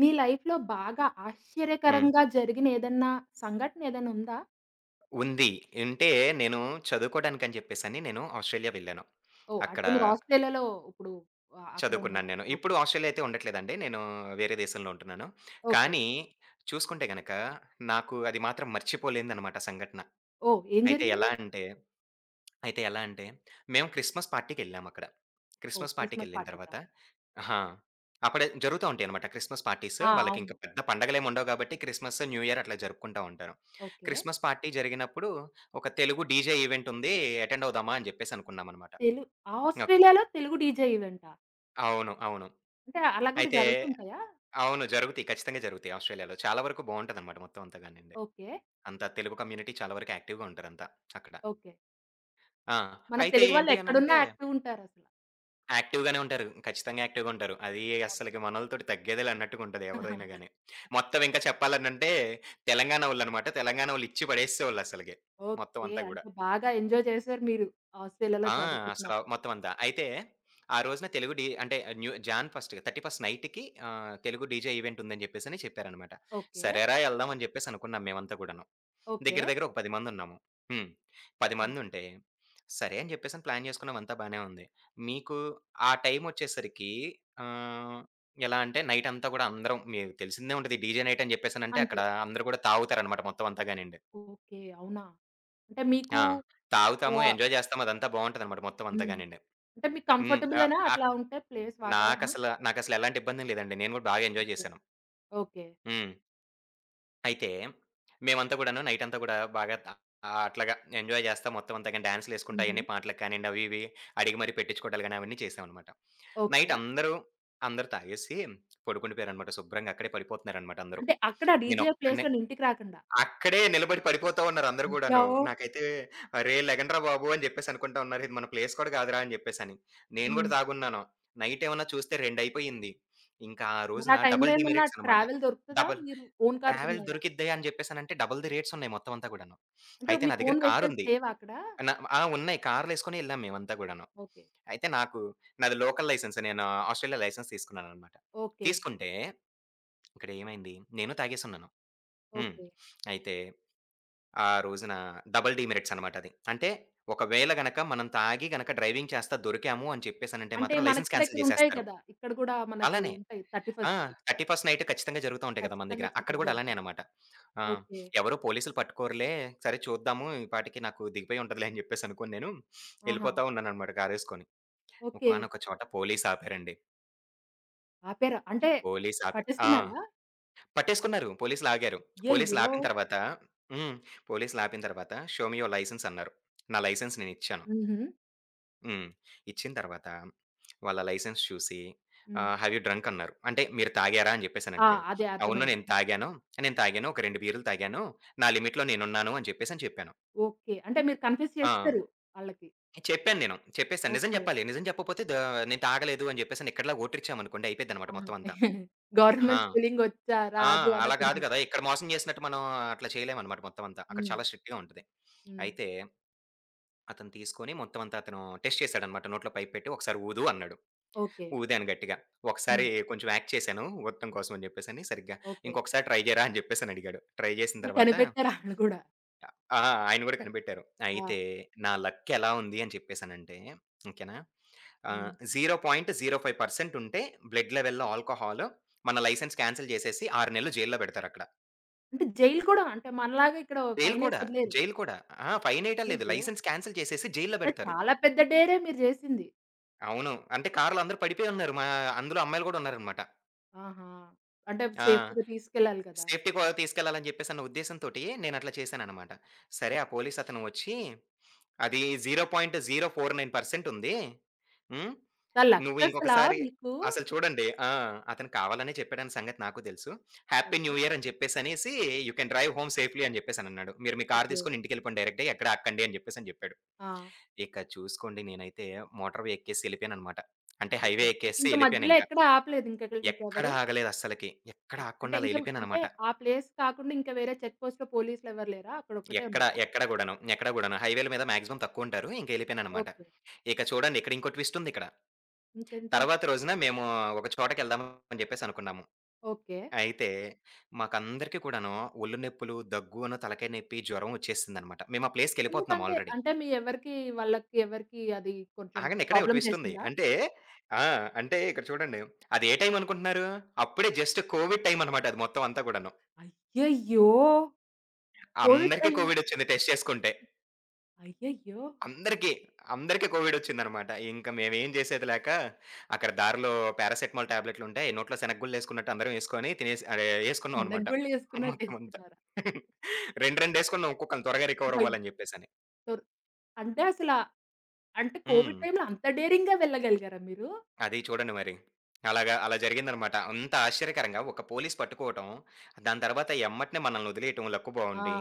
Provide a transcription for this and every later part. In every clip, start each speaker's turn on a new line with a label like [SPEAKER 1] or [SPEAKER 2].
[SPEAKER 1] మీ లైఫ్‌లో బాగా
[SPEAKER 2] హ్మ్.
[SPEAKER 1] ఆశ్చర్యకరంగా జరిగిన ఏదన్నా సంఘటన ఏదైనా ఉందా?
[SPEAKER 2] ఉంది. ఉంటే నేను చదువుకోడానికని జెప్పేసని నేను ఆస్ట్రేలియా వెళ్ళాను.
[SPEAKER 1] ఓహ్! అంటే
[SPEAKER 2] అక్కడ
[SPEAKER 1] మీరు ఆస్ట్రేలియాలో ఇప్పుడు అక్కడ
[SPEAKER 2] చదువుకున్నాను
[SPEAKER 1] ఉన్నారా?
[SPEAKER 2] నేను.
[SPEAKER 1] ఓకే.
[SPEAKER 2] ఇప్పుడు ఆస్ట్రేలియా అయితే ఉండట్లేదండి. నేను వేరే దేశంలో ఉంటున్నాను.
[SPEAKER 1] ఓకే.
[SPEAKER 2] కానీ చూసుకుంటే గనక నాకు అది మాత్రం మర్చిపోలేనిదనమాట సంఘటన.
[SPEAKER 1] ఓహ్! ఏం
[SPEAKER 2] అయితే
[SPEAKER 1] జరిగింది?
[SPEAKER 2] ఎలా అంటే అయితే ఎలా అంటే, మేము క్రిస్మస్ పార్టీకెళ్ళామక్కడ.
[SPEAKER 1] ఓహ్!
[SPEAKER 2] క్రిస్మస్
[SPEAKER 1] క్రిస్మస్
[SPEAKER 2] పార్టీకెళ్ళిన
[SPEAKER 1] పార్టీకా?
[SPEAKER 2] తర్వాత అహా! అప్పుడే జరుగుతా ఉంటాయనమాట క్రిస్మస్ పార్టీస్.
[SPEAKER 1] ఆ!
[SPEAKER 2] వాళ్ళకింక
[SPEAKER 1] అవును.
[SPEAKER 2] పెద్ద పండగలేమి ఉండవు కాబట్టి క్రిస్మస్, న్యూ ఇయర్ అట్లా జరుపుకుంటా ఉంటారు.
[SPEAKER 1] ఓకే.
[SPEAKER 2] క్రిస్మస్ పార్టీ జరిగినప్పుడు ఒక తెలుగు డీజే ఈవెంట్ ఉంది. అటెండ్ అవుదామా అని చెప్పేసి అనుకున్నామనమాట.
[SPEAKER 1] తెలు
[SPEAKER 2] ఓకే.
[SPEAKER 1] ఆస్ట్రేలియాలో తెలుగు డీజే ఈవెంటా?
[SPEAKER 2] అవును. అవును.
[SPEAKER 1] అంటే అలా కూడా
[SPEAKER 2] అయితే
[SPEAKER 1] జరుగుతుంటాయా?
[SPEAKER 2] అవును. జరుగుతాయి. ఖచ్చితంగా జరుగుతాయి ఆస్ట్రేలియాలో. చాలా వరకు బావుంటదనమాట మొత్తం అంతా గానియండి.
[SPEAKER 1] ఓకే.
[SPEAKER 2] అంతా తెలుగు కమ్యూనిటీ చాలా వరకు యాక్టివ్‌గా ఉంటారంతా అక్కడ.
[SPEAKER 1] ఓకే.
[SPEAKER 2] ఆ!
[SPEAKER 1] మన
[SPEAKER 2] అయితే
[SPEAKER 1] తెలుగు వాళ్ళు
[SPEAKER 2] ఏంటి
[SPEAKER 1] ఎక్కడున్నా
[SPEAKER 2] అనంటే
[SPEAKER 1] యాక్టివ్ ఉంటారసల.
[SPEAKER 2] యాక్టివ్‌గానే ఉంటారు. ఖచ్చితంగా యాక్టివ్‌గా ఉంటారు. అది
[SPEAKER 1] అవును.
[SPEAKER 2] అస్సలకి మనోళ్ళతోటి తగ్గేదేలే అన్నట్టుగా ఉంటది ఎవరైనా గాని. మొత్తం ఇంకా చెప్పాలనంటే తెలంగాణోళ్ళనమాట. తెలంగాణోళ్ళు ఇచ్చి పడేసేవాళ్ళసలకి. మొత్తం
[SPEAKER 1] ఓకే.
[SPEAKER 2] అంతా గూడా.
[SPEAKER 1] అంటే బాగా ఎంజాయ్ చేసారు మీరు ఆస్ట్రేలియాలో
[SPEAKER 2] ఆ! అసల
[SPEAKER 1] చదువుకుంటున్నప్పుడు.
[SPEAKER 2] మొత్తం అంతా. అయితే ఆ రోజున తెలుగు డి అంటే న్యూ జాన్ ఫస్ట్ 31st నైట్‌కి తెలుగు డీజే ఈవెంట్ ఉందని జెప్పేసని చెప్పారనమాట.
[SPEAKER 1] ఓకే.
[SPEAKER 2] సరేరా! ఎళ్దాం అని జెప్పేసి అనుకున్నాం మేమంతా కూడాను.
[SPEAKER 1] ఓకే.
[SPEAKER 2] దగ్గర దగ్గర ఒక 10 మందున్నాము. హ్మ్. 10
[SPEAKER 1] ఆ!
[SPEAKER 2] మందుంటే, సరే అని జెప్పేసని ప్లాన్ జేసుకున్నాం అంతా బానే ఉంది. మీకు ఆ టైమొచ్చేసరికి ఆహ్, ఎలా అంటే నైటంతా గూడా అందరం మీకు తెలిసిందే ఉంటది. డీజే నైట్ అని జెప్పేసనంటే
[SPEAKER 1] అంతే.
[SPEAKER 2] అక్కడ అందరూ గూడా తాగుతారనమాట మొత్తం అంతా గానియండి.
[SPEAKER 1] ఓకే. అవునా? అంటే మీకు
[SPEAKER 2] ఆ! తాగుతాము,
[SPEAKER 1] ఆహ్,
[SPEAKER 2] ఎంజాయ్ జేస్తాం. అదంతా బావుంటదనమాట మొత్తం అంతా
[SPEAKER 1] హ్మ్.
[SPEAKER 2] గానియండి.
[SPEAKER 1] అంటే మీకు
[SPEAKER 2] హ్మ్. ఆహ్,
[SPEAKER 1] కంఫర్టబులేనా
[SPEAKER 2] ఆహ్,
[SPEAKER 1] అట్లా ఉంటే ప్లేస్ వాతావరణం?
[SPEAKER 2] నాకసలెలాంటి ఇబ్బందేం లేదండి. నేను గూడా బాగా ఎంజాయ్
[SPEAKER 1] ఓకే.
[SPEAKER 2] జేశాను.
[SPEAKER 1] ఓకే.
[SPEAKER 2] హ్మ్. అయితే, మేమంతా కూడాను నైటంతా గూడా అట్లాగా ఎంజాయ్ చేస్తా మొత్తం అంతా గాని డాన్సులేసుకుంటా
[SPEAKER 1] హుహు.
[SPEAKER 2] అయన్నీ పాటలకు కానియండి అవి ఇవి అడిగి మరీ పెట్టించుకోవడాలు గాని అవన్నీ చేసామనమాట.
[SPEAKER 1] ఓకే.
[SPEAKER 2] నైట్ అందరూ అందరూ తాగేసి పడుకుండిపోయారనమాట. శుభ్రంగా అక్కడే పడిపోతున్నారనమాట అందరూ.
[SPEAKER 1] అంటే అక్కడ డీజే
[SPEAKER 2] నేనొక్కడినే
[SPEAKER 1] ప్లేస్‌లో ఇంటికి రాకుండా.
[SPEAKER 2] అక్కడే నిలబడి పడిపోతా ఉన్నారు అందరూ
[SPEAKER 1] అయ్యో!
[SPEAKER 2] గూడాను. నాకైతే "అరే! లెగండ్రా బాబు" అని జెప్పేసి అనుకుంటా ఉన్నారు. ఇది మన ప్లేస్ కూడా కాదురా అని జెప్పేసని. నేను
[SPEAKER 1] హ్మ్.
[SPEAKER 2] గూడా తాగున్నాను. నైట్ ఏమన్నా చూస్తే 2 అయిపోయింది. ఇంకా ఆ
[SPEAKER 1] మరి ఆ
[SPEAKER 2] రోజున
[SPEAKER 1] టైంలో
[SPEAKER 2] డబుల్
[SPEAKER 1] ఏమన్నా
[SPEAKER 2] డీమెరిట్స్ అనమాట.
[SPEAKER 1] ట్రావెల్ దొరుకుతదా?
[SPEAKER 2] డబుల్
[SPEAKER 1] మీరు ఓన్ కార్స్
[SPEAKER 2] ట్రావెల్
[SPEAKER 1] ఉన్నాయా?
[SPEAKER 2] దొరికిద్ది అని జెప్పేసనంటే డబుల్ ది రేట్స్ ఉన్నాయి మొత్తం అంతా గూడాను.
[SPEAKER 1] అంటే
[SPEAKER 2] అయితే నా
[SPEAKER 1] మీకు
[SPEAKER 2] దగ్గర
[SPEAKER 1] ఓన్ వెహికల్స్
[SPEAKER 2] కారుంది.
[SPEAKER 1] లేవా అక్కడ?
[SPEAKER 2] నా ఆ! ఉన్నాయి. కార్లేసుకొని ఎళ్ళాం మేమంతా గూడాను.
[SPEAKER 1] ఓకే.
[SPEAKER 2] అయితే నాకు నాది లోకల్ లైసెన్స్. నేను ఆస్ట్రేలియా లైసెన్స్ తీసుకున్నాననమాట.
[SPEAKER 1] ఓకే.
[SPEAKER 2] తీసుకుంటే ఇక్కడ ఏమైంది నేను తాగేసున్నాను. హ్మ్.
[SPEAKER 1] ఓకే.
[SPEAKER 2] అయితే ఆ రోజున డబుల్ డీమెరిట్స్ అనమాట అది. అంటే ఒకవేళ గనక మనం తాగి గనక డ్రైవింగ్ చేస్తా దొరికాము అని చెప్పేసనంటే
[SPEAKER 1] అంటే
[SPEAKER 2] మాత్రం
[SPEAKER 1] మనకు
[SPEAKER 2] లైసెన్స్
[SPEAKER 1] కూడా
[SPEAKER 2] క్యాన్సెల్
[SPEAKER 1] ఇక్కడ ఉంటాయి
[SPEAKER 2] చేసేస్తారు.
[SPEAKER 1] కదా! ఇక్కడ కూడా మనకి
[SPEAKER 2] అలానే
[SPEAKER 1] ఉంటాయి
[SPEAKER 2] ఆ!
[SPEAKER 1] 31కి.
[SPEAKER 2] 31స్ట్ నైట్ ఖచ్చితంగా జరుగుతా ఉంటాయి కదా! మన దగ్గర.
[SPEAKER 1] ఖచ్చితంగా
[SPEAKER 2] అక్కడ
[SPEAKER 1] చెకప్
[SPEAKER 2] గూడా అలానే
[SPEAKER 1] జరుగుతుంది.
[SPEAKER 2] అనమాట. ఆ!
[SPEAKER 1] ఓకే.
[SPEAKER 2] ఎవరు పోలీసులు పట్టుకోరులే సరే చూద్దాము ఈ పాటికి నాకు దిగిపోయి ఉంటదిలే అని చెప్పేసి అనుకోని నేను
[SPEAKER 1] ఆహా!
[SPEAKER 2] ఎళ్ళిపోతా ఉన్నాననమాట కారేసుకొని.
[SPEAKER 1] ఓకే.
[SPEAKER 2] ఒకానొక చోట పోలీస్ ఆపారండి.
[SPEAKER 1] ఆపారా? అంటే
[SPEAKER 2] పోలీస్ ఆపి ఆ!
[SPEAKER 1] పట్టేసుకున్నారా?
[SPEAKER 2] పట్టేసుకున్నారు. పోలీసులు ఆగారు. పోలీసులు
[SPEAKER 1] అయ్యయ్యో!
[SPEAKER 2] ఆపిన తర్వాత హ్మ్. పోలీసులు ఆపిన తర్వాత షో మీ యువర్ లైసెన్స్ అన్నారు. నా లైసెన్స్ నేనిచ్చాను.
[SPEAKER 1] హుహు.
[SPEAKER 2] హ్మ్. ఇచ్చిన తర్వాత వాళ్ళ లైసెన్స్ చూసి
[SPEAKER 1] హ్మ్.
[SPEAKER 2] హావ్ యూ డ్రంక్ అన్నారు. అంటే మీరు తాగారా? అని చెప్పేసి
[SPEAKER 1] ఆ!
[SPEAKER 2] అనడిగారు.
[SPEAKER 1] అదే
[SPEAKER 2] అవును.
[SPEAKER 1] అర్థమైంది.
[SPEAKER 2] నేను తాగాను. నేను తాగాను. ఒక 2 బీర్లు తాగాను. నా లిమిట్‌లో నేనున్నాను అని చెప్పేసని చెప్పాను.
[SPEAKER 1] ఓకే. అంటే మీరు కన్ఫ్యూజ్
[SPEAKER 2] ఆ!
[SPEAKER 1] చేసేసారు ఆళ్ళకి.
[SPEAKER 2] చెప్పాను నేను. చెప్పేసాను. నిజం
[SPEAKER 1] ఓకే.
[SPEAKER 2] చెప్పాలి. నిజం చెప్పకపోతే ద నేను తాగలేదు అని చెప్పేసని ఇక్కడిలాగా ఓటిరిచ్చామనుకోండి అయిపోద్దనమాట
[SPEAKER 1] ఆహా!
[SPEAKER 2] మొత్తం అంతా. ఆ!
[SPEAKER 1] గవర్నమెంట్ స్కూలింగొచ్చా?
[SPEAKER 2] ఆ!
[SPEAKER 1] రాదు
[SPEAKER 2] అలా కాదు
[SPEAKER 1] అనకూడదు.
[SPEAKER 2] కదా! ఇక్కడ మోసం చేసినట్టు మనం అట్లా చేయలేమనమాట మొత్తం అంతా. అక్కడ
[SPEAKER 1] హ్మ్.
[SPEAKER 2] చాలా స్ట్రిక్ట్‌గా ఉంటది.
[SPEAKER 1] హ్మ్.
[SPEAKER 2] అయితే అతను తీసుకొని మొత్తం అంతా అతను టెస్ట్ చేసాడనమాట. నోట్లో పైప్ పెట్టి ఒకసారి ఊదు అన్నాడు.
[SPEAKER 1] ఓకే.
[SPEAKER 2] ఊదాను గట్టిగా.
[SPEAKER 1] హ్మ్.
[SPEAKER 2] ఒకసారి కొంచెం యాక్ట్ చేశాను ఊదటం కోసం అని జెప్పేసని సరిగ్గా.
[SPEAKER 1] ఓకే.
[SPEAKER 2] ఇంకొకసారి ట్రై జేయరా అని జెప్పేసని అడిగాడు. ట్రై జేసిన
[SPEAKER 1] అంటే
[SPEAKER 2] తర్వాత
[SPEAKER 1] కనిపెట్టారు ఆళ్ళు గూడా.
[SPEAKER 2] ఆ! ఆయన గూడా కనిపెట్టారు.
[SPEAKER 1] ఆ!
[SPEAKER 2] అయితే నా లక్ ఎలా ఉంది అని చెప్పేసనంటే ఓకేనా.
[SPEAKER 1] హ్మ్.
[SPEAKER 2] 0.05% ఉంటే బ్లడ్ లెవెల్‌లో ఆల్కహాల్ మన లైసెన్స్ క్యాన్సెల్ జేసేసి 6 నెలలు జైల్‌లో పెడతారక్కడ.
[SPEAKER 1] అంటే జైలు కూడా అంటే మనలాగా ఇక్కడ
[SPEAKER 2] జైల్
[SPEAKER 1] ఫైనేసి
[SPEAKER 2] కూడా,
[SPEAKER 1] వదిలేరు.
[SPEAKER 2] జైల్ కూడా. ఆ! ఫైన్ ఏయటం లేదు.
[SPEAKER 1] అయ్యో!
[SPEAKER 2] లైసెన్స్ క్యాన్సెల్ చేసేసి జైల్‌లో
[SPEAKER 1] అంటే
[SPEAKER 2] పెడతారు.
[SPEAKER 1] చాలా పెద్ద డేరే మీరు చేసింది.
[SPEAKER 2] అవును. అంటే కార్‌లో అందరూ పడిపోయి ఉన్నారు. మా అందులో అమ్మాయిలు గూడా ఉన్నారనమాట.
[SPEAKER 1] ఆహా! అంటే
[SPEAKER 2] ఆ!
[SPEAKER 1] సేఫ్టీగా తీసుకెళ్ళాలి కదా!
[SPEAKER 2] సేఫ్టీ కూడా తీసుకెళ్ళాలని జెప్పేసన్న ఉద్దేశంతోటి నేనట్లా చేశాననమాట. సరే ఆ పోలీసతను వచ్చి, "అది 0.049% ఉంది. హ్మ్.
[SPEAKER 1] అంత
[SPEAKER 2] నువ్వు
[SPEAKER 1] లక్కసలా
[SPEAKER 2] ఇంకొకసారి"
[SPEAKER 1] మీకు.
[SPEAKER 2] అసలు చూడండి ఆ! అతను కావాలనే చెప్పాడన్న సంగతి నాకు తెలుసు. "Happy new
[SPEAKER 1] okay.
[SPEAKER 2] ఇయర్" అని చెప్పేసనేసి, "you can drive home safely" అని జెప్పేసనన్నాడు. "మీరు మీ కారు
[SPEAKER 1] ఓకే.
[SPEAKER 2] తీసుకొని ఇంటికెళ్ళిపోండి డైరెక్ట్‌గా. ఎక్కడ ఆక్కండి" అని జెప్పేసని జెప్పాడు.
[SPEAKER 1] ఆ!
[SPEAKER 2] ఇక చూసుకోండి నేనైతే మోటార్ వే ఎక్కేసి ఎళ్ళిపోయాననమాట. అంటే
[SPEAKER 1] ఓకే.
[SPEAKER 2] హైవే ఎక్కేసి
[SPEAKER 1] ఇంక మధ్యలో
[SPEAKER 2] ఎళ్ళిపోయానింక.
[SPEAKER 1] ఎక్కడ ఆపలేదు ఇంకెక్కడ
[SPEAKER 2] ఎక్కడ
[SPEAKER 1] ఇంకెవరు?
[SPEAKER 2] ఆగలేదు అస్సలకి. ఎక్కడ
[SPEAKER 1] ఓకే. అంటే
[SPEAKER 2] ఆగకుండా అలా
[SPEAKER 1] ఇంక అంటే
[SPEAKER 2] ఎళ్ళిపోయాననమాట.
[SPEAKER 1] ఆ ప్లేస్ కాకుండా ఇంకా వేరే చెక్ పోస్ట్‌లో పోలీసులెవరు లేరా? అక్కడొక్కటే
[SPEAKER 2] ఎక్కడ,
[SPEAKER 1] ఉన్నారా?
[SPEAKER 2] ఎక్కడ గూడాను. ఎక్కడ గూడాను. హైవేల మీద మాక్సిమం తక్కువుంటారు. ఇంక ఎళ్ళిపోయాననమాట.
[SPEAKER 1] ఓకే.
[SPEAKER 2] ఇక చూడండి ఇక్కడ ఇంకో ట్విస్ట్ ఉందిక్కడ.
[SPEAKER 1] ఇంకేంటి?
[SPEAKER 2] తర్వాత రోజున మేము ఒక చోటకెళ్దాం అని జెప్పేసి అనుకున్నాము.
[SPEAKER 1] ఓకే.
[SPEAKER 2] అయితే మాకందరికీ కూడాను ఒళ్ళు నొప్పులు, దగ్గును, తలకాయ నొప్పి, జ్వరం వచ్చేసిందనమాట. మేము ఆ ప్లేస్‌కెళ్ళిపోతున్నాం
[SPEAKER 1] ఎందుకంటే
[SPEAKER 2] ఆల్రెడీ.
[SPEAKER 1] అంటే మీ ఎవరికి వాళ్ళకి ఎవరికి అది కొంచెం
[SPEAKER 2] ఆగండి ఇక్కడే ఒక
[SPEAKER 1] ప్రాబ్లమ్
[SPEAKER 2] ట్విస్ట్ ఉంది.
[SPEAKER 1] చేసిందా?
[SPEAKER 2] అంటే ఆ! అంటే ఇక్కడ చూడండి. అది ఏ టైం అనుకుంటున్నారు? అప్పుడే జస్ట్ కోవిడ్ టైం అనమాట అది మొత్తం అంతా కూడాను.
[SPEAKER 1] అయ్యయ్యో! కోవిడ్
[SPEAKER 2] అందరికీ
[SPEAKER 1] టైం.
[SPEAKER 2] కోవిడ్ వచ్చింది టెస్ట్ చేసుకుంటే.
[SPEAKER 1] అయ్యయ్యో!
[SPEAKER 2] అందరికీ, అందరికీ కోవిడొచ్చిందనమాట. ఇంక మేమేం చేసేది లేక, అక్కడ దారిలో పారాసెటమాల్ టాబ్లెట్లుంటాయి. నోట్లో శనగగుళ్ళేసుకున్నట్టు అందరం ఏసుకొని తినేసి అదే ఏసుకున్నాం
[SPEAKER 1] వెనక్కి
[SPEAKER 2] అనమాట.
[SPEAKER 1] గుళ్ళు
[SPEAKER 2] మొత్తమంతా.
[SPEAKER 1] చేసుకున్నట్టేసుకున్నారా?
[SPEAKER 2] 2, 2 ఏసుకున్నాం ఒక్కొక్కళ్ళం త్వరగా
[SPEAKER 1] అయ్
[SPEAKER 2] రికవరవ్వాలని జెప్పేసని.
[SPEAKER 1] తోర్ అంటే అసల అంటే
[SPEAKER 2] హ్మ్.
[SPEAKER 1] కోవిడ్ టైంలో అంత డేరింగ్‌గా వెళ్ళగలిగారా మీరు?
[SPEAKER 2] అది చూడండి మరి. అలాగా అలా జరిగిందనమాట. అంత ఆశ్చర్యకరంగా ఒక పోలీస్ పట్టుకోవటం, దాని తర్వాత ఎమ్మటనే మనల్ని వదిలేయటం లక్
[SPEAKER 1] ఆ!
[SPEAKER 2] బావుండి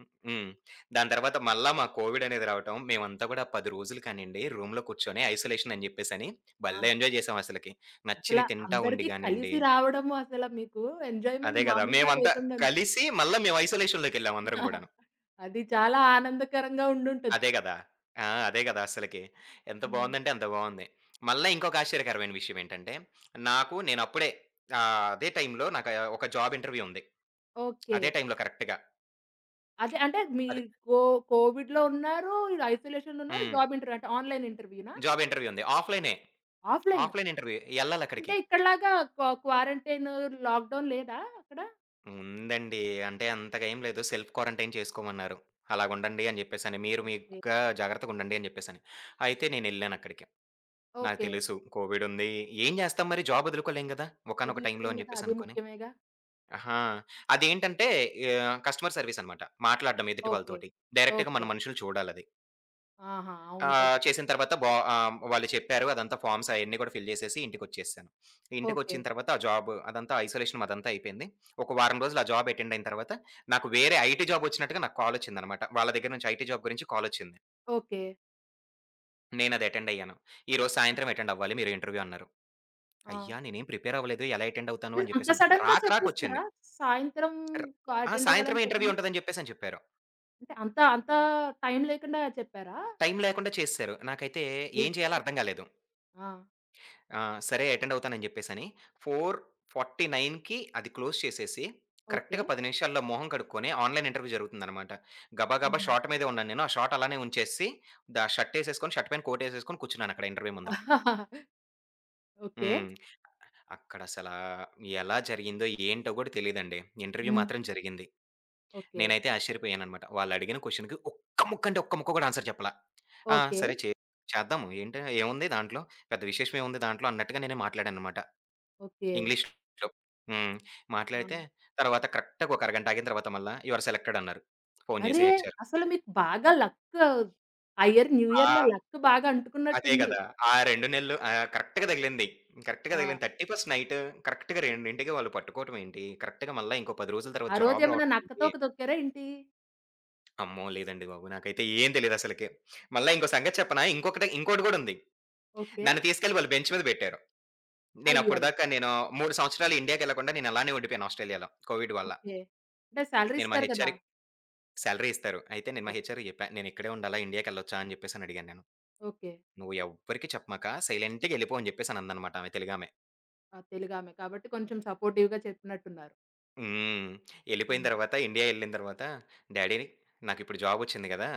[SPEAKER 2] హ్మ్. హ్మ్. దాని తర్వాత మళ్ళా మా కోవిడ్ అనేది రావటం. మేమంతా గూడా 10 రోజులు కానియండి రూమ్‌లో కూర్చొని ఐసోలేషన్ అని జెప్పేసని
[SPEAKER 1] ఆ!
[SPEAKER 2] భలే ఎంజాయ్ జేసాం అసలకి.
[SPEAKER 1] అసల
[SPEAKER 2] నచ్చినయి తింటా ఉండి
[SPEAKER 1] అందరికి
[SPEAKER 2] గానియండి.
[SPEAKER 1] కలిసి రావడము అసల మీకు ఎంజాయ్‌మెంట్
[SPEAKER 2] అదే గదా!
[SPEAKER 1] మామూలుగా
[SPEAKER 2] మేమంతా
[SPEAKER 1] లేకుండా
[SPEAKER 2] కలిసి మళ్ళా మేము ఐసోలేషన్‌లోకెళ్ళాం అందరం గూడాను.
[SPEAKER 1] అది చాలా ఆనందకరంగా ఉండుంటది.
[SPEAKER 2] అదే గదా! ఆ! అదే గదా అస్సలకి. ఎంత
[SPEAKER 1] హ్మ్.
[SPEAKER 2] బావుందంటే అంత బావుంది. మళ్ళా ఇంకొక ఆశ్చర్యకరమైన విషయం ఏంటంటే, నాకు నేనప్పుడే అదే టైంలో నాకు ఆ ఒక జాబ్ ఇంటర్వ్యూ ఉంది.
[SPEAKER 1] ఓకే.
[SPEAKER 2] అదే టైంలో కరెక్ట్‌గా.
[SPEAKER 1] అదే అంటే
[SPEAKER 2] అదే
[SPEAKER 1] మీరు కోవిడ్‌లో ఉన్నారు, ఇలా ఐసోలేషన్‌లో ఉన్నారు,
[SPEAKER 2] హ్మ్.
[SPEAKER 1] జాబ్ ఇంటర్వ్యూ అంటే ఆన్‌లైన్ ఇంటర్వ్యూనా?
[SPEAKER 2] జాబ్ ఇంటర్వ్యూ ఉంది. ఆఫ్‌లైనే.
[SPEAKER 1] ఆఫ్‌లైన్.
[SPEAKER 2] Offline interview.
[SPEAKER 1] అంటే
[SPEAKER 2] ఎళ్ళాలక్కడికి.
[SPEAKER 1] ఇక్కడలాగా క్వారంటైన్, లాక్‌డౌన్ లేదా అక్కడ?
[SPEAKER 2] ఉందండి. అంటే అంతగా ఏం లేదు. Self quarantine చేసుకోమన్నారు. అలాగుండండి అని జెప్పేసని. మీరు
[SPEAKER 1] ఓకే.
[SPEAKER 2] మీకుగా జాగ్రత్తగుండండి అని జెప్పేసని. అయితే నేనెళ్ళానక్కడికి. నాకు
[SPEAKER 1] ఓకే.
[SPEAKER 2] తెలుసు కోవిడుంది. ఏం జేస్తాం మరి జాబ్ ఒదులుకోలేం గదా! ఒకానొక టైంలో
[SPEAKER 1] వదులుకోలేం
[SPEAKER 2] అని
[SPEAKER 1] కదా! అది
[SPEAKER 2] జెప్పేసనుకోని.
[SPEAKER 1] ముఖ్యమేగా.
[SPEAKER 2] ఆహా! అదేంటంటే కస్టమర్ సర్విస్ అనమాట. మాట్లాడడం ఎదుటి
[SPEAKER 1] ఓకే.
[SPEAKER 2] వాళ్ళతోటి. డైరెక్ట్‌గా మన
[SPEAKER 1] ఓకే.
[SPEAKER 2] మనుషులు చూడాలది.
[SPEAKER 1] ఆహా! అవును
[SPEAKER 2] ఆహ్,
[SPEAKER 1] కదా!
[SPEAKER 2] చేసిన తర్వాత బా ఆహ్, వాళ్ళు చెప్పారు. అదంతా ఫార్మ్స్ అయన్నీ కూడా ఫిల్ చేసేసి ఇంటికొచ్చేసాను.
[SPEAKER 1] ఓకే.
[SPEAKER 2] ఇంటికొచ్చిన తర్వాత ఆ జాబ్ అదంతా ఐసోలేషన్ అదంతా అయిపోయింది. ఒక వారం రోజులు ఆ జాబ్ అటెండ్ అయిన తర్వాత నాకు వేరే ఐటీ జాబ్ వచ్చినట్టుగా నాకు కాలొచ్చిందనమాట. వాళ్ళ దగ్గర నుంచి ఐటీ జాబ్ గురించి కాలొచ్చింది.
[SPEAKER 1] ఓకే.
[SPEAKER 2] నేనది అటెండ్ అయ్యాను. ఈరోజు సాయంత్రం
[SPEAKER 1] ఓకే.
[SPEAKER 2] అటెండ్ అవ్వాలి మీరు ఇంటర్వ్యూ అన్నారు.
[SPEAKER 1] ఆ!
[SPEAKER 2] అయ్యా! నేనేం ప్రిపేర్ అవ్వలేదు. ఎలా అటెండ్ అవుతాను
[SPEAKER 1] అంటే
[SPEAKER 2] అని
[SPEAKER 1] అంత
[SPEAKER 2] చెప్పేసని
[SPEAKER 1] సడెన్‌గా
[SPEAKER 2] రాక రాకొచ్చింది.
[SPEAKER 1] చెప్పేసారా? సాయంత్రం
[SPEAKER 2] ర్
[SPEAKER 1] క
[SPEAKER 2] ఆ!
[SPEAKER 1] అటెండ్ అవ్వాలని
[SPEAKER 2] సాయంత్రమే ఇంటర్వ్యూ
[SPEAKER 1] పొద్దున్న
[SPEAKER 2] ఉంటదని చెప్పేసని చెప్పారు.
[SPEAKER 1] అంటే అంత అంత టైం లేకుండా చెప్పారా?
[SPEAKER 2] టైం లేకుండా చేసేశారు. నాకైతే ఏం
[SPEAKER 1] అయ్యో!
[SPEAKER 2] చేయాలో అర్థం కాలేదు.
[SPEAKER 1] ఆ!
[SPEAKER 2] సరే అటెండ్ అవుతానని చెప్పేసని 4:49కి అది క్లోజ్ చేసేసి
[SPEAKER 1] ఓకే.
[SPEAKER 2] కరెక్ట్‌గా 10 నిమిషాల్లో మొహం కడుక్కొని ఆన్‌లైన్ ఇంటర్వ్యూ జరుగుతుందనమాట. గబా గబా
[SPEAKER 1] ఆహా!
[SPEAKER 2] షార్ట్ మీదే ఉన్నాను నేను. ఆ షార్ట్ అలానే ఉంచేసి ద షర్ట్ ఏసేసుకొని, షర్ట్ పైన కోట్ ఏసేసుకొని కూర్చున్నాను అక్కడ ఇంటర్వ్యూ ముందల.
[SPEAKER 1] ఓకే.
[SPEAKER 2] హ్మ్. అక్కడసలా ఎలా జరిగిందో ఏంటో కూడా తెలీదండి. ఇంటర్వ్యూ
[SPEAKER 1] హ్మ్.
[SPEAKER 2] మాత్రం జరిగింది.
[SPEAKER 1] ఓకే.
[SPEAKER 2] నేనైతే ఆశ్చర్యపోయాననమాట. వాళ్ళడిగిన క్వెషన్‌కి ఒక్క ముక్క అంటే ఒక్క ముక్క కూడా ఆన్సర్ చెప్పలా. ఆ!
[SPEAKER 1] ఓకే.
[SPEAKER 2] సరే చే చేద్దాము. ఏంటి ఏముంది దాంట్లో? పెద్ద విశేషమేముంది దాంట్లో అన్నట్టుగా నేనే మాట్లాడాననమాట
[SPEAKER 1] ఓకే.
[SPEAKER 2] ఇంగ్లీష్‌లో. హ్మ్.
[SPEAKER 1] ఆ!
[SPEAKER 2] మాట్లాడితే తర్వాత కరెక్ట్‌గా ఒక అరగంట ఆగిన తర్వాత మళ్ళా యూ ఆర్ సెలెక్టెడ్ అన్నారు. ఫోను చేసి
[SPEAKER 1] అరే!
[SPEAKER 2] హెచ్‌ఆర్.
[SPEAKER 1] అసలు మీకు బాగా లక్ ఆ ఇయర్ న్యూ ఇయర్‌లో
[SPEAKER 2] ఆ!
[SPEAKER 1] లక్ బాగా
[SPEAKER 2] అదే
[SPEAKER 1] అంటుకున్నట్టుంది.
[SPEAKER 2] గదా! ఆ 2 నెలలు ఆహ్, కరెక్ట్‌గా తగిలింది. కరెక్ట్‌గా
[SPEAKER 1] ఆ!
[SPEAKER 2] తగిలింది. 31st నైట్ కరెక్ట్‌గా 2కి వాళ్ళు పట్టుకోవటమేంటి? కరెక్ట్‌గా మళ్ళా ఇంకో 10 రోజుల తర్వాత
[SPEAKER 1] ఆ
[SPEAKER 2] జాబ్
[SPEAKER 1] రోజేమైనా నక్క
[SPEAKER 2] రావటమేంటి?
[SPEAKER 1] తోక తొక్కారా ఏంటి?
[SPEAKER 2] అమ్మో! లేదండి బాబు. నాకైతే ఏం తెలీదసలకి. మళ్ళా ఇంకో సంగతి చెప్పనా? ఇంకోటి గూడా ఉంది.
[SPEAKER 1] ఓకే.
[SPEAKER 2] నన్ను తీసుకెళ్ళి వాళ్ళు బెంచ్ మీద బెట్టారు.
[SPEAKER 1] అయ్యో! అయ్యో!
[SPEAKER 2] నేనప్పటిదాకా నేను 3 సంవత్సరాలు ఇండియాకెళ్ళకుండా నేను అలానే ఉండిపోయాను ఆస్ట్రేలియాలో కోవిడ్ వల్ల.
[SPEAKER 1] ఓకే. అంటే సాలరీ
[SPEAKER 2] నేను మా
[SPEAKER 1] ఇస్తారు కదా!
[SPEAKER 2] హెచ్ఆర్‌కి సాలరీ ఇస్తారు. అయితే నేను మా
[SPEAKER 1] ఓకే.
[SPEAKER 2] హెచ్ఆర్‌కి జెప్పా. "నేనిక్కడే ఉండాలా? ఇండియాకెళ్ళొచ్చా?" అని జెప్పేసని అడిగాను నేను.
[SPEAKER 1] ఓకే.
[SPEAKER 2] "నువ్వు ఎవ్వరికీ చెప్పమాక సైలెంట్‌గా ఎళ్ళిపో" అని జెప్పేసని అందనమాట ఆమె తెలుగామె.
[SPEAKER 1] ఆ! తెలుగామె. కాబట్టి కొంచెం సపోర్టివ్‌గా చెప్పినట్టున్నారు.
[SPEAKER 2] హ్మ్. ఎళ్ళిపోయిన
[SPEAKER 1] హ్మ్.
[SPEAKER 2] తర్వాత ఇండియా ఎళ్ళిన తర్వాత "డాడీ నాకిప్పుడు జాబొచ్చింది గదా!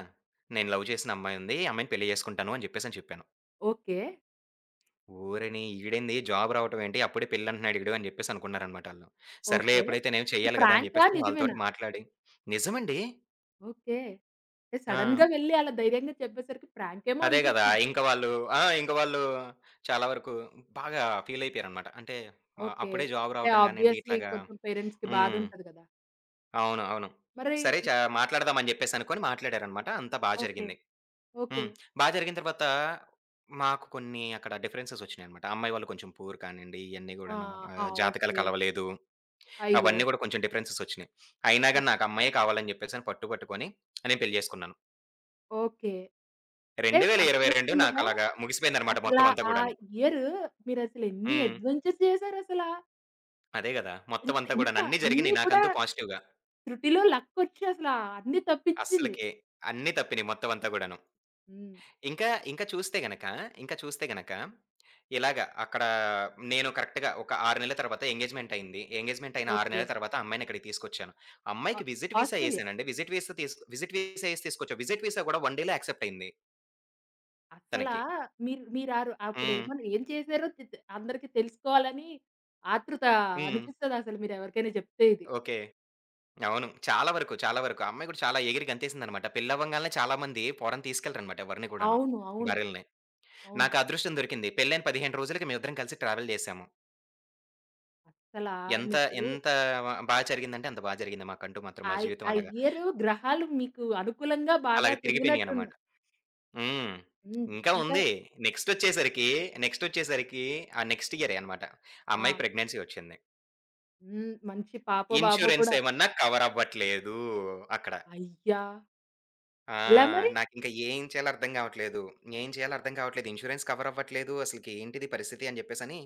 [SPEAKER 2] నేను లవ్ చేసిన అమ్మాయుంది. ఈ అమ్మాయిని పెళ్లి జేసుకుంటాను" అని జెప్పేసని చెప్పాను.
[SPEAKER 1] ఓకే.
[SPEAKER 2] ఓరిని! ఈడేంది జాబ్ రావటం ఏంటి? అప్పుడే పెళ్ళంటున్నాడు ఈడు అని చెప్పేసి అనుకున్నారనమాట ఆళ్ళు. సర్లే
[SPEAKER 1] ఓకే.
[SPEAKER 2] ఎప్పుడైతే నేను
[SPEAKER 1] అది
[SPEAKER 2] చేయాలి గదా! అని
[SPEAKER 1] ప్రాంకా?
[SPEAKER 2] చెప్పేసి
[SPEAKER 1] నిజమేనా?
[SPEAKER 2] వాళ్ళతోటి మాట్లాడి నిజమండి.
[SPEAKER 1] ఓకే. అంటే
[SPEAKER 2] ఆ!
[SPEAKER 1] సడెన్‌గా వెళ్లి అలా ధైర్యంగా చెప్పేసరికి ప్రాంకేమో
[SPEAKER 2] అదే గదా!
[SPEAKER 1] అనుకుంటున్నాను.
[SPEAKER 2] ఇంక వాళ్ళు ఆ! ఇంక వాళ్ళు చాలా వరకు బాగా ఫీల్ అయిపోయారనమాట. అంటే
[SPEAKER 1] ఓకే.
[SPEAKER 2] అప్పుడే జాబ్
[SPEAKER 1] అంటే
[SPEAKER 2] రావటం గానియండి
[SPEAKER 1] ఆబ్వియస్‌లీ
[SPEAKER 2] ఇట్లాగా
[SPEAKER 1] కొంచెం పేరెంట్స్‌కి
[SPEAKER 2] హ్మ్.
[SPEAKER 1] బాధుంటది కదా!
[SPEAKER 2] అవును. అవును.
[SPEAKER 1] మరి
[SPEAKER 2] సరే చ మాట్లాడదాం అని చెప్పేసి అనుకోని మాట్లాడారనమాట. అంతా బా
[SPEAKER 1] ఓకే.
[SPEAKER 2] జరిగింది.
[SPEAKER 1] ఓకే.
[SPEAKER 2] హ్మ్. బా జరిగిన తర్వాత మాకు కొన్ని అక్కడ డిఫరెన్సెస్ ఒచ్చినాయనమాట. అమ్మాయి వాళ్ళు కొంచెం పూర్ కానియండి ఇయన్నీ
[SPEAKER 1] ఆ!
[SPEAKER 2] గూడాను
[SPEAKER 1] ఆ!
[SPEAKER 2] జాతకాలు
[SPEAKER 1] ఓకే.
[SPEAKER 2] కలవలేదు.
[SPEAKER 1] అయ్యో!
[SPEAKER 2] అవన్నీ గూడా కొంచెం డిఫరెన్సెస్ ఒచ్చినియి. అయినా
[SPEAKER 1] ఓ
[SPEAKER 2] గాని నాకు అమ్మాయే కావాలని జెప్పేసని పట్టు పట్టుకొని నేను పెళ్లి జేసుకున్నాను.
[SPEAKER 1] ఓకే. అంటే
[SPEAKER 2] 2022
[SPEAKER 1] సక్సెస్‌ఫుల్‌గా
[SPEAKER 2] నాకలాగా ముగిసిపోయిందన్నమాట
[SPEAKER 1] అసలా
[SPEAKER 2] మొత్తం అంతా
[SPEAKER 1] ఆ
[SPEAKER 2] గూడాను.
[SPEAKER 1] ఇయర్ మీరసలు ఎన్ని
[SPEAKER 2] హ్మ్.
[SPEAKER 1] అడ్వెంచర్స్ చేసారసలా?
[SPEAKER 2] అదే గదా! మొత్తం
[SPEAKER 1] ఇంత
[SPEAKER 2] అంతా
[SPEAKER 1] ఇంత
[SPEAKER 2] గూడాను అన్నీ
[SPEAKER 1] అన్నీ
[SPEAKER 2] జరిగినియి
[SPEAKER 1] కూడా
[SPEAKER 2] నాకంటూ పాజిటివ్‌గా.
[SPEAKER 1] శృతిలో లక్కొచ్చి అసలా అన్నీ తప్పించింది.
[SPEAKER 2] అస్సలకి అన్నీ తప్పినియి మొత్తం అంతా గూడాను.
[SPEAKER 1] హ్మ్.
[SPEAKER 2] ఇంకా, ఇంకా చూస్తే గనక, ఇంకా చూస్తే గనక ఇలాగ అక్కడ నేను కరెక్ట్‌గా ఒక 6 నెలల తర్వాత ఎంగేజ్‌మెంట్ అయింది. ఎంగేజ్‌మెంట్ అయిన 6
[SPEAKER 1] ఓకే.
[SPEAKER 2] నెలల తర్వాత అమ్మాయిని ఇక్కడికి తీసుకొచ్చాను.
[SPEAKER 1] ఆ
[SPEAKER 2] అమ్మాయికి విజిట్ వీసా
[SPEAKER 1] ఆస్ట్రేలియా.
[SPEAKER 2] ఏసానండి. విజిట్ వీసా ఏసి తీసుకొచ్చా. విజిట్ వీసా గూడా 1 డే‌లో యాక్సెప్ట్ అయింది
[SPEAKER 1] అసలా
[SPEAKER 2] తనకి.
[SPEAKER 1] మీరు మీరారు
[SPEAKER 2] హ్మ్.
[SPEAKER 1] అప్పుడేమన్నా ఏం చేశారో తె తె అందరికి తెలుసుకోవాలని ఆతృత
[SPEAKER 2] హ్మ్.
[SPEAKER 1] అనిపిస్తదసలు మీరెవరికైనా చెప్తే ఇది.
[SPEAKER 2] ఓకే. అవును. చాలా వరకు, చాలా వరకు. ఆ అమ్మాయి కూడా చాలా ఎగిరి గంతేసిందనమాట. పెళ్లవ్వంగాల్నే చాలా మంది ఫారెన్ తీసుకెళ్లరనమాట ఎవరిని కూడాను.
[SPEAKER 1] అవును. అవును.
[SPEAKER 2] భార్యల్ని.
[SPEAKER 1] అవును.
[SPEAKER 2] నాకు అదృష్టం దొరికింది. పెళ్లయిన 15 రోజులకి మేమిద్దరం కలిసి ట్రావెల్ జేశాము.
[SPEAKER 1] అస్సలా
[SPEAKER 2] ఎంత,
[SPEAKER 1] మీకు
[SPEAKER 2] ఎంత బా జరిగిందంటే అంత బా జరిగింది మాకంటూ మాత్రం
[SPEAKER 1] ఆ
[SPEAKER 2] మా
[SPEAKER 1] ఇ
[SPEAKER 2] జీవితం
[SPEAKER 1] ఆ
[SPEAKER 2] అలాగా.
[SPEAKER 1] ఇయరు గ్రహాలు మీకు అనుకూలంగా బాగా
[SPEAKER 2] అలాగ తిరిగిపోయినియనమాట.
[SPEAKER 1] తిరిగినట్టున్నాయి.
[SPEAKER 2] హ్మ్.
[SPEAKER 1] హ్మ్.
[SPEAKER 2] ఇంకా
[SPEAKER 1] ఇంకా
[SPEAKER 2] ఉంది. నెక్స్టొచ్చేసరికి, నెక్స్టొచ్చేసరికి ఆ నెక్స్ట్ ఇయరే అనమాట. ఆ
[SPEAKER 1] ఆ!
[SPEAKER 2] అమ్మాయికి ప్రెగ్నెన్సీ ఒచ్చింది.
[SPEAKER 1] హ్మ్. మంచి పాపో, బాబో
[SPEAKER 2] ఇన్స్యూరెన్స్
[SPEAKER 1] కూడా.
[SPEAKER 2] ఏమన్నా కవరవ్వట్లేదు అక్కడ.
[SPEAKER 1] అయ్యా!
[SPEAKER 2] ఆ!
[SPEAKER 1] ఎలా మరి?
[SPEAKER 2] నాకింక ఏం చేయాలో అర్థం గావట్లేదు. ఏం చేయాలో అర్థం కావట్లేదు. ఇన్స్యూరెన్స్ కవర్ అవ్వట్లేదు. అసలకి ఏంటిది పరిస్థితి అని జెప్పేసని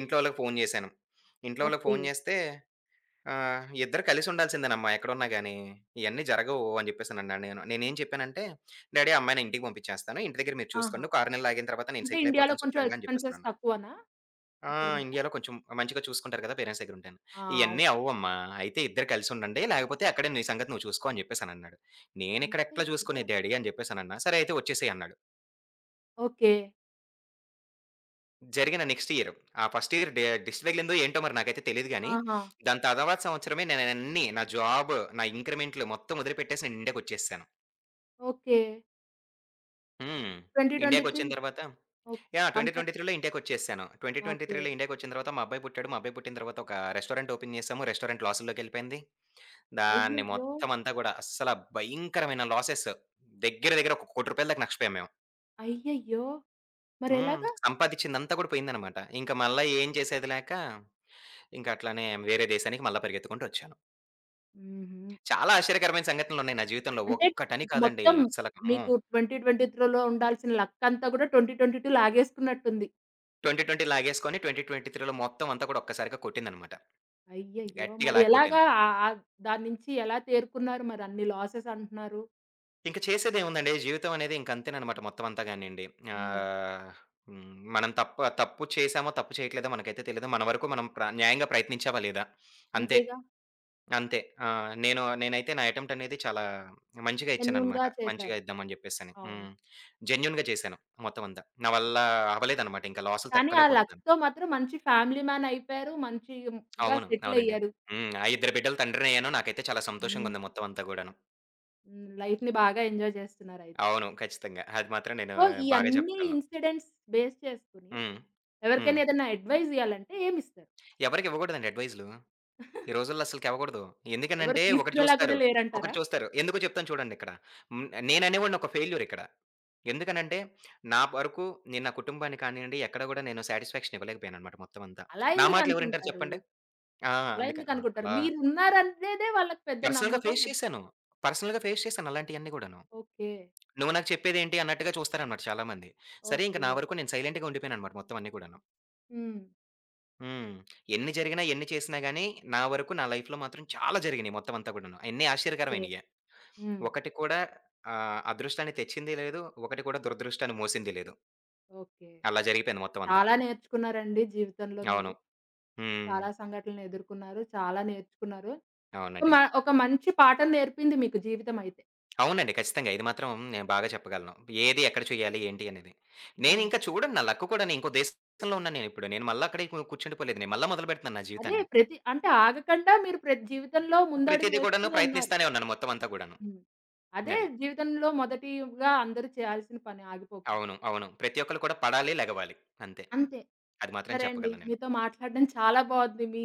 [SPEAKER 2] ఇంట్లో వాళ్ళకి ఫోను జేశాను. ఇంట్లో వాళ్ళకి
[SPEAKER 1] ఓకే.
[SPEAKER 2] ఫోను జేస్తే "ఇద్దరు కలిసి ఉండాల్సిందేనమ్మా ఎక్కడున్నా గాని. ఇయన్నీ జరగవు" అని జెప్పేసనన్నాను నేను. నేనేం చెప్పానంటే, "డ్యాడీ ఆ అమ్మాయి నేను ఇంటికి పంపించేస్తాను. ఇంటి దగ్గర మీరు
[SPEAKER 1] ఆహా!
[SPEAKER 2] చూసుకోండి. ఒక 6 నెలలు ఆగిన తర్వాత నేను
[SPEAKER 1] అంటే
[SPEAKER 2] సెటిల్
[SPEAKER 1] ఇండియాలో
[SPEAKER 2] అయిపోతాను
[SPEAKER 1] కొంచెం
[SPEAKER 2] శుభ్రంగా" అని
[SPEAKER 1] ఎక్స్‌పెన్సెస్
[SPEAKER 2] జెప్పేసనన్నాను.
[SPEAKER 1] తక్కువనా?
[SPEAKER 2] ఆ!
[SPEAKER 1] అక్కడ మీద.
[SPEAKER 2] ఇండియాలో కొంచెం మంచిగా చూసుకుంటారు కదా! పేరెంట్స్ దగ్గరుంటేను.
[SPEAKER 1] ఆ! అవును.
[SPEAKER 2] "ఇయన్నీ అవ్వమ్మా! అయితే ఇద్దరు కలిసుండండి. లేకపోతే అక్కడే నీ సంగతి నువ్వు చూసుకో" అని చెప్పేసనన్నాడు. "నేనిక్కడ
[SPEAKER 1] అయితే
[SPEAKER 2] ఎట్లా
[SPEAKER 1] ఇప్పుడు
[SPEAKER 2] చూసుకునేది డాడీ" అని చెప్పేసనన్నా. "సరే అయితే వచ్చేసేయి" అన్నాడు.
[SPEAKER 1] ఓకే.
[SPEAKER 2] జరిగిన నెక్స్ట్ ఇయర్ ఆ ఫస్ట్ ఇయర్ డి దిష్టి తగిలిందో ఏంటో మరి నాకైతే తెలీదు గానీ,
[SPEAKER 1] ఆహా!
[SPEAKER 2] దాని తర్వాత సంవత్సరమే నేనయన్నీ నా జాబ్, నా ఇంక్రిమెంట్‌లు మొత్తం వదిలిపెట్టేసి నేను ఇండియాకొచ్చేసాను.
[SPEAKER 1] ఓకే.
[SPEAKER 2] హ్మ్. ఇండియాకొచ్చిన
[SPEAKER 1] 2023
[SPEAKER 2] తర్వాత
[SPEAKER 1] ఓహ్!
[SPEAKER 2] యాహ్!
[SPEAKER 1] అంత
[SPEAKER 2] 2023లో ఇండియాకొచ్చేసాను.
[SPEAKER 1] ఓకే.
[SPEAKER 2] 2023లో ఇండియాకొచ్చిన తర్వాత మా అబ్బాయి పుట్టాడు. మా అబ్బాయి పుట్టిన తర్వాత ఒక రెస్టారెంట్ ఓపెన్ చేసాము. రెస్టారెంట్ లాసుల్లోకెళ్ళిపోయింది. దాన్ని
[SPEAKER 1] అయ్యయ్యో!
[SPEAKER 2] మొత్తమంతా గూడా అస్సల భయంకరమైన లాసెస్. దగ్గర దగ్గర ఒక రూ. 1,00,00,000 దాకా నష్టపోయాం మేము.
[SPEAKER 1] అయ్యయ్యో!
[SPEAKER 2] హ్మ్.
[SPEAKER 1] మరెలాగా?
[SPEAKER 2] సంపాదిచ్చిందంతా గూడా పోయిందనమాట. ఇంక మళ్ళా ఏం చేసేది లేక, ఇంక అట్లనే వేరే దేశానికి మళ్ళా పరిగెత్తుకుంటొచ్చాను.
[SPEAKER 1] హుహు.
[SPEAKER 2] చాలా ఆశ్చర్యకరమైన సంఘటనలున్నాయి నా జీవితంలో.
[SPEAKER 1] అంటే
[SPEAKER 2] ఒక్కటని కాదండి
[SPEAKER 1] మొత్తం
[SPEAKER 2] అస్సలకి.
[SPEAKER 1] మీకు
[SPEAKER 2] హ్మ్.
[SPEAKER 1] 2023లో ఉండాల్సిన లక్కంతా గూడా 2022 లాగేసుకున్నట్టుంది.
[SPEAKER 2] 2020 లాగేసుకొని 2023లో మొత్తం అంతా కూడా ఒక్కసారిగా కొట్టిందనమాట.
[SPEAKER 1] అయ్యయ్యో!
[SPEAKER 2] గట్టిగా
[SPEAKER 1] మరి ఎలాగా
[SPEAKER 2] లాక్కొట్టింది.
[SPEAKER 1] ఆ ఆ దాని నుంచి ఎలా తేరుకున్నారు మరి అన్ని లాసెస్ అంటున్నారు?
[SPEAKER 2] ఇంక చేసేదేముందండి. జీవితం అనేది ఇంక అంతేననమాట మొత్తం అంతా గానియండి.
[SPEAKER 1] హ్మ్.
[SPEAKER 2] ఆహ్, హ్మ్. మనం తప్పు చేశామో, తప్పు చేయట్లేదో మనకైతే తెలీదు. మన వరకు మనం న్యాయంగా ప్రయత్నించామా లేదా? అంతే.
[SPEAKER 1] అంతేగా
[SPEAKER 2] అంతే. ఆ! నేనైతే నా అటెంప్ట్ అనేది చాలా మంచిగా
[SPEAKER 1] జెన్యూన్‌గా
[SPEAKER 2] ఇచ్చాననమాట.
[SPEAKER 1] చేశారు.
[SPEAKER 2] మంచిగా ఇద్దామని జెప్పేసని.
[SPEAKER 1] అవును.
[SPEAKER 2] హ్మ్. జెన్యూన్‌గా చేశాను మొత్తం అంతా. నా వల్ల అవ్వలేదనమాట ఇంకా లాసులు
[SPEAKER 1] కానీ ఆ
[SPEAKER 2] తట్టుకోలేకపోతున్నాను.
[SPEAKER 1] లక్‌తో మాత్రం మంచి ఫ్యామిలీ మ్యాన్ అయిపోయారు. మంచిగా
[SPEAKER 2] అవును.
[SPEAKER 1] సెటిల్
[SPEAKER 2] అవునండి.
[SPEAKER 1] అయ్యారు.
[SPEAKER 2] హ్మ్. ఆ ఇద్దరు బిడ్డల తండ్రినయ్యాను. నాకైతే చాలా
[SPEAKER 1] హ్మ్.
[SPEAKER 2] సంతోషంగుంది మొత్తం అంతా గూడాను.
[SPEAKER 1] హ్మ్. లైఫ్‌ని బాగా ఎంజాయ్ చేస్తున్నారయితే.
[SPEAKER 2] అవును. ఖచ్చితంగా. అది మాత్రం నేను
[SPEAKER 1] సో, ఈ
[SPEAKER 2] బాగా
[SPEAKER 1] అన్ని
[SPEAKER 2] చెప్పగలను.
[SPEAKER 1] ఇన్సిడెంట్స్ బేస్ చేసుకొని
[SPEAKER 2] హ్మ్. హ్మ్.
[SPEAKER 1] ఎవరికైనా ఏదైనా అడ్వైస్ ఇయ్యాలంటే ఏమిస్తారు?
[SPEAKER 2] ఎవరికీ ఇవ్వకూడదండి అడ్వైస్‌లు. ఈ రోజుల్లో అస్సలకి ఇవ్వకూడదు.
[SPEAKER 1] ఎవరు
[SPEAKER 2] ఎందుకనంటే ఒకటి
[SPEAKER 1] తీసుకునేలా కూడా
[SPEAKER 2] చూస్తారు. ఒకటి
[SPEAKER 1] లేరంటారా?
[SPEAKER 2] చూస్తారు. ఎందుకో చెప్తాను చూడండి ఇక్కడ. హ్మ్. నేననేవాడిని ఒక ఫెయిల్యూర్ ఇక్కడ. ఎందుకనంటే నా వరకు నేను నా కుటుంబానికి కానియండి, ఎక్కడ కూడా నేను సాటిస్ఫాక్షన్ ఇవ్వలేకపోయానన్నమాట మొత్తం అంతా.
[SPEAKER 1] అలా
[SPEAKER 2] నా
[SPEAKER 1] ఎందుకు
[SPEAKER 2] మాటలు ఎవరింటారు
[SPEAKER 1] అనుకుంటారు?
[SPEAKER 2] చెప్పండి? ఆ!
[SPEAKER 1] అలా
[SPEAKER 2] అందుకని
[SPEAKER 1] ఎందుకు
[SPEAKER 2] ఆ!
[SPEAKER 1] అనుకుంటారు?
[SPEAKER 2] అలా
[SPEAKER 1] మీరు ఉన్నారనేదే వాళ్ళకి పెద్ద
[SPEAKER 2] పర్సనల్‌గా
[SPEAKER 1] నమ్మకం.
[SPEAKER 2] ఫేస్
[SPEAKER 1] పెద్ద
[SPEAKER 2] చేశాను. పర్సనల్‌గా ఫేస్ చేశాను అలాంటియన్నీ కూడాను.
[SPEAKER 1] ఓకే.
[SPEAKER 2] నువ్వు నాకు చెప్పేదేంటి అన్నట్టుగా చూస్తారన్నమాట చాలామంది. సరే ఇంక
[SPEAKER 1] ఓకే.
[SPEAKER 2] నా వరకు నేను సైలెంట్‌గా ఉండిపోయానన్నమాట మొత్తం అన్నీ కూడాను.
[SPEAKER 1] హ్మ్.
[SPEAKER 2] హ్మ్. ఎన్ని జరిగినా, ఎన్ని చేసినా గాని, నా వరకు నా లైఫ్‌లో మాత్రం చాలా జరిగినియి మొత్తం అంతా కూడాను. అయన్నీ
[SPEAKER 1] ఓకే.
[SPEAKER 2] ఆశ్చర్యకరమైనియే.
[SPEAKER 1] హ్మ్.
[SPEAKER 2] ఒకటి కూడా అదృష్టాన్ని తెచ్చింది లేదు. ఒకటి కూడా దురదృష్టాన్ని మోసింది లేదు.
[SPEAKER 1] ఓకే.
[SPEAKER 2] అలా జరిగిపోయింది మొత్తం అంతా.
[SPEAKER 1] చాలా నేర్చుకున్నారండి జీవితంలో మీరు.
[SPEAKER 2] అవును. హ్మ్.
[SPEAKER 1] చాలా సంఘటనలు ఎదుర్కొన్నారు. చాలా నేర్చుకున్నారు.
[SPEAKER 2] అవునండి.
[SPEAKER 1] ఒక మంచి పాఠం నేర్పింది మీకు జీవితమైతే.
[SPEAKER 2] అవునండి. ఖచ్చితంగా. ఇది మాత్రం నేను బాగా చెప్పగలను. ఏది ఎక్కడ చేయాలి, ఏంటి అనేది.
[SPEAKER 1] హ్మ్.
[SPEAKER 2] నేనింకా చూడండి నా లక్ కూడాను ఇంకో దేశంలో ఉన్నాను నేనిప్పుడు. నేను మళ్ళా అక్కడే కూర్చుండిపోలేదు. నేను మళ్ళా మొదలుపెడుతున్నాను నా
[SPEAKER 1] అదే
[SPEAKER 2] జీవితాన్ని.
[SPEAKER 1] ప్రతి అంటే ఆగకుండా మీరు ప్రతి జీవితంలో ముందడుగు
[SPEAKER 2] ప్రతీది కూడాను
[SPEAKER 1] వేస్తూనే ఉన్నారు.
[SPEAKER 2] ప్రయత్నిస్తానే ఉన్నాను మొత్తం అంతా కూడాను.
[SPEAKER 1] హ్మ్. అదే
[SPEAKER 2] అది.
[SPEAKER 1] జీవితంలో మొదటిగా అందరూ చేయాల్సిన పని ఆగిపోకుండా.
[SPEAKER 2] అవును. అవును. ప్రతి ఒక్కళ్ళు కూడా పడాలి, లెగవాలి. అంతే.
[SPEAKER 1] అంతే.
[SPEAKER 2] అది మాత్రం
[SPEAKER 1] సరే అండి.
[SPEAKER 2] చెప్పగలను నేను.
[SPEAKER 1] మీతో మాట్లాడడం చాలా బావుంది. మీ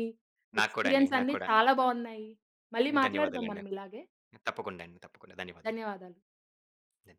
[SPEAKER 2] నాకు కూడా అండి.
[SPEAKER 1] ఎక్స్‌పీరియన్స్
[SPEAKER 2] నాకు
[SPEAKER 1] అన్నీ
[SPEAKER 2] కూడా.
[SPEAKER 1] చాలా బావున్నాయి. మళ్ళీ మాట్లాడదాం
[SPEAKER 2] ధన్యవాదాలండి.
[SPEAKER 1] మనం ఇలాగే.
[SPEAKER 2] తప్పకుండా అండి. తప్పకుండా. ధన్యవాదాలు.
[SPEAKER 1] ధన్యవాదాలు.
[SPEAKER 2] ధన్యవాదాలు.